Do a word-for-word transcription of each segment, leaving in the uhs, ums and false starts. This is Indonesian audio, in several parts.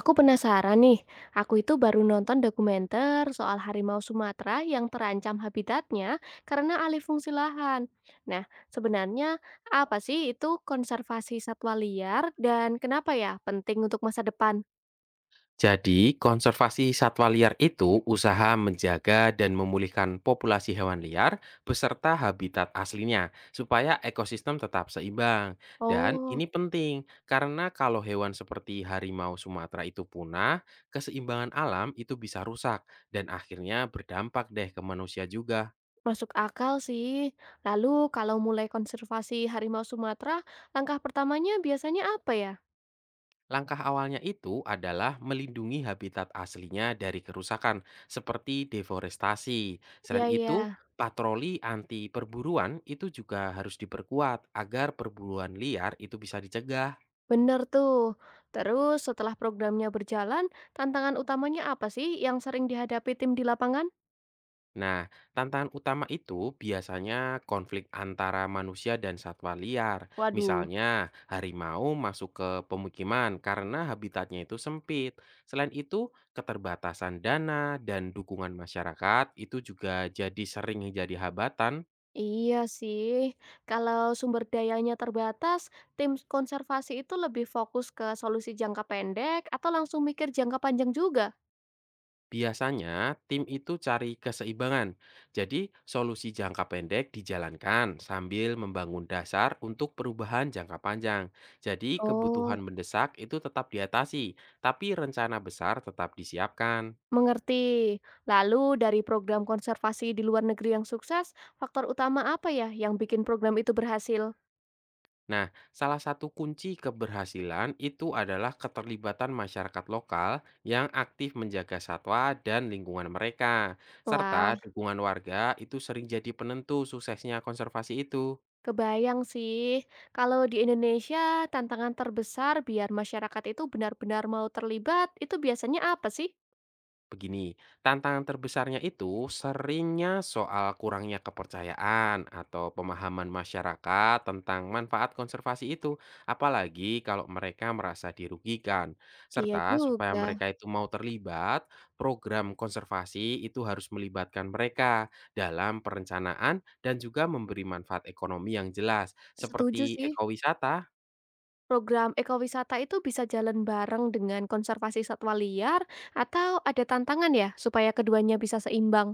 Aku penasaran nih, aku itu baru nonton dokumenter soal harimau Sumatera yang terancam habitatnya karena alih fungsi lahan. Nah, sebenarnya apa sih itu konservasi satwa liar dan kenapa ya penting untuk masa depan? Jadi, konservasi satwa liar itu usaha menjaga dan memulihkan populasi hewan liar beserta habitat aslinya supaya ekosistem tetap seimbang. Dan Oh, ini penting karena kalau hewan seperti harimau Sumatera itu punah, keseimbangan alam itu bisa rusak dan akhirnya berdampak deh ke manusia juga. masuk akal sih. Lalu kalau mulai konservasi harimau Sumatera, langkah pertamanya biasanya apa ya? Langkah awalnya itu adalah melindungi habitat aslinya dari kerusakan seperti deforestasi. Iya Selain ya. itu, patroli anti perburuan itu juga harus diperkuat agar perburuan liar itu bisa dicegah. Bener tuh. Terus setelah programnya berjalan, tantangan utamanya apa sih yang sering dihadapi tim di lapangan? Nah, tantangan utama itu biasanya konflik antara manusia dan satwa liar. Waduh, Misalnya, harimau masuk ke pemukiman karena habitatnya itu sempit. Selain itu, keterbatasan dana dan dukungan masyarakat itu juga jadi sering jadi hambatan. iya sih, kalau sumber dayanya terbatas, tim konservasi itu lebih fokus ke solusi jangka pendek atau langsung mikir jangka panjang juga? Biasanya, tim itu cari keseimbangan. Jadi, solusi jangka pendek dijalankan sambil membangun dasar untuk perubahan jangka panjang. Jadi, Oh, kebutuhan mendesak itu tetap diatasi, tapi rencana besar tetap disiapkan. mengerti. Lalu dari program konservasi di luar negeri yang sukses, faktor utama apa ya yang bikin program itu berhasil? Nah, salah satu kunci keberhasilan itu adalah keterlibatan masyarakat lokal yang aktif menjaga satwa dan lingkungan mereka, serta Wah, dukungan warga itu sering jadi penentu suksesnya konservasi itu. kebayang sih, kalau di Indonesia tantangan terbesar biar masyarakat itu benar-benar mau terlibat, itu biasanya apa sih? Begini, tantangan terbesarnya itu seringnya soal kurangnya kepercayaan atau pemahaman masyarakat tentang manfaat konservasi itu, apalagi kalau mereka merasa dirugikan. Iya Serta supaya juga, mereka itu mau terlibat, program konservasi itu harus melibatkan mereka dalam perencanaan dan juga memberi manfaat ekonomi yang jelas, setuju seperti sih. ekowisata. Program ekowisata itu bisa jalan bareng dengan konservasi satwa liar atau ada tantangan ya supaya keduanya bisa seimbang.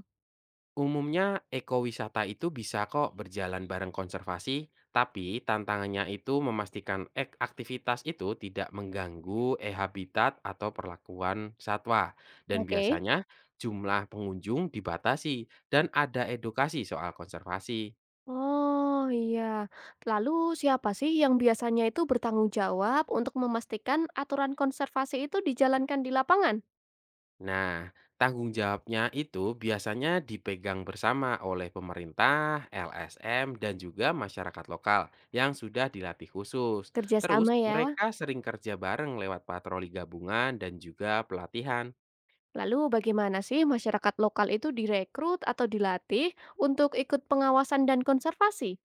Umumnya ekowisata itu bisa kok berjalan bareng konservasi, tapi tantangannya itu memastikan ek- aktivitas itu tidak mengganggu e-habitat atau perlakuan satwa. Dan Oke. biasanya jumlah pengunjung dibatasi dan ada edukasi soal konservasi. Oh iya, lalu siapa sih yang biasanya itu bertanggung jawab untuk memastikan aturan konservasi itu dijalankan di lapangan? Nah, tanggung jawabnya itu biasanya dipegang bersama oleh pemerintah, L S M, dan juga masyarakat lokal yang sudah dilatih khusus. Terus, Kerjasama ya. mereka sering kerja bareng lewat patroli gabungan dan juga pelatihan. Lalu bagaimana sih masyarakat lokal itu direkrut atau dilatih untuk ikut pengawasan dan konservasi?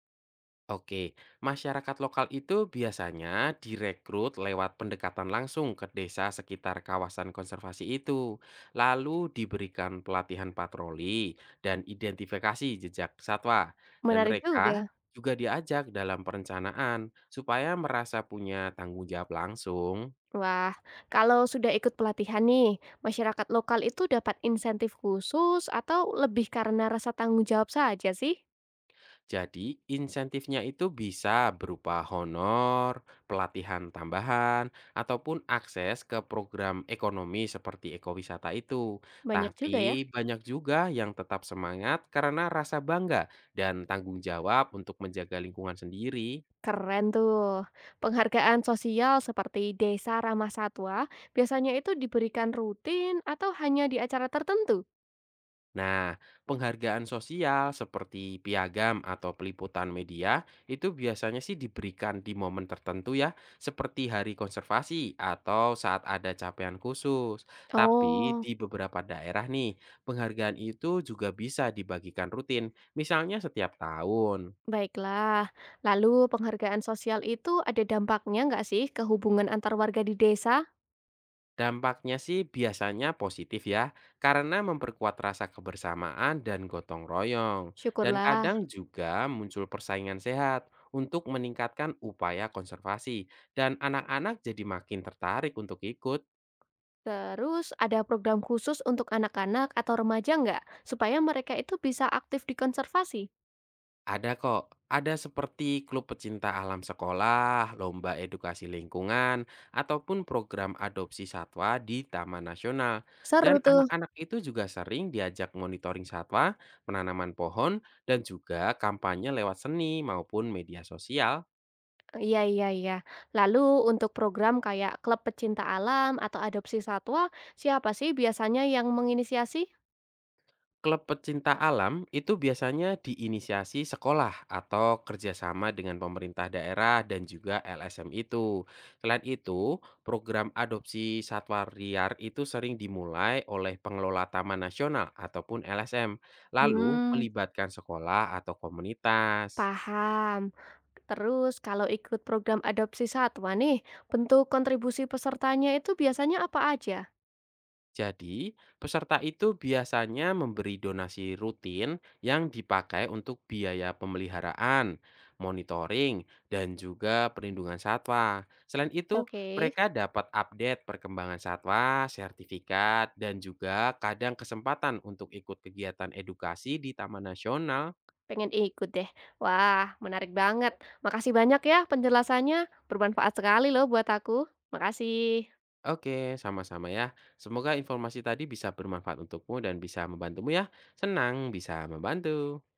Oke, masyarakat lokal itu biasanya direkrut lewat pendekatan langsung ke desa sekitar kawasan konservasi itu, lalu diberikan pelatihan patroli dan identifikasi jejak satwa, dan Menarik juga. mereka juga diajak dalam perencanaan supaya merasa punya tanggung jawab langsung. Wah, kalau sudah ikut pelatihan nih, masyarakat lokal itu dapat insentif khusus atau lebih karena rasa tanggung jawab saja sih? Jadi, insentifnya itu bisa berupa honor, pelatihan tambahan, ataupun akses ke program ekonomi seperti ekowisata itu. Banyak juga ya. Tapi, banyak juga yang tetap semangat karena rasa bangga dan tanggung jawab untuk menjaga lingkungan sendiri. Keren tuh. Penghargaan sosial seperti Desa Ramah Satwa biasanya itu diberikan rutin atau hanya di acara tertentu? Nah, penghargaan sosial seperti piagam atau peliputan media itu biasanya sih diberikan di momen tertentu ya, seperti hari konservasi atau saat ada capaian khusus. Tapi Oh, di beberapa daerah nih, penghargaan itu juga bisa dibagikan rutin, misalnya setiap tahun. baiklah, lalu penghargaan sosial itu ada dampaknya nggak sih ke hubungan antar warga di desa? Dampaknya sih biasanya positif ya, karena memperkuat rasa kebersamaan dan gotong royong. Dan Syukurlah. kadang juga muncul persaingan sehat untuk meningkatkan upaya konservasi, dan anak-anak jadi makin tertarik untuk ikut. Terus ada program khusus untuk anak-anak atau remaja nggak? Supaya mereka itu bisa aktif di konservasi? Ada kok, ada seperti klub pecinta alam sekolah, lomba edukasi lingkungan, ataupun program adopsi satwa di Taman Nasional. Seru Dan tuh. anak-anak itu juga sering diajak monitoring satwa, penanaman pohon, dan juga kampanye lewat seni maupun media sosial. Iya, iya, iya. Lalu untuk program kayak klub pecinta alam atau adopsi satwa, siapa sih biasanya yang menginisiasi? Klub pecinta alam itu biasanya diinisiasi sekolah atau kerjasama dengan pemerintah daerah dan juga L S M itu. Selain itu, program adopsi satwa liar itu sering dimulai oleh pengelola taman nasional ataupun L S M, lalu Hmm, melibatkan sekolah atau komunitas. paham. Terus kalau ikut program adopsi satwa nih, bentuk kontribusi pesertanya itu biasanya apa aja? Jadi, peserta itu biasanya memberi donasi rutin yang dipakai untuk biaya pemeliharaan, monitoring, dan juga perlindungan satwa. Selain itu, Oke, mereka dapat update perkembangan satwa, sertifikat, dan juga kadang kesempatan untuk ikut kegiatan edukasi di Taman Nasional. pengen ikut deh. Wah, menarik banget. Makasih banyak ya penjelasannya. Bermanfaat sekali loh buat aku. Makasih. Oke, sama-sama ya. Semoga informasi tadi bisa bermanfaat untukmu dan bisa membantumu ya. Senang bisa membantu.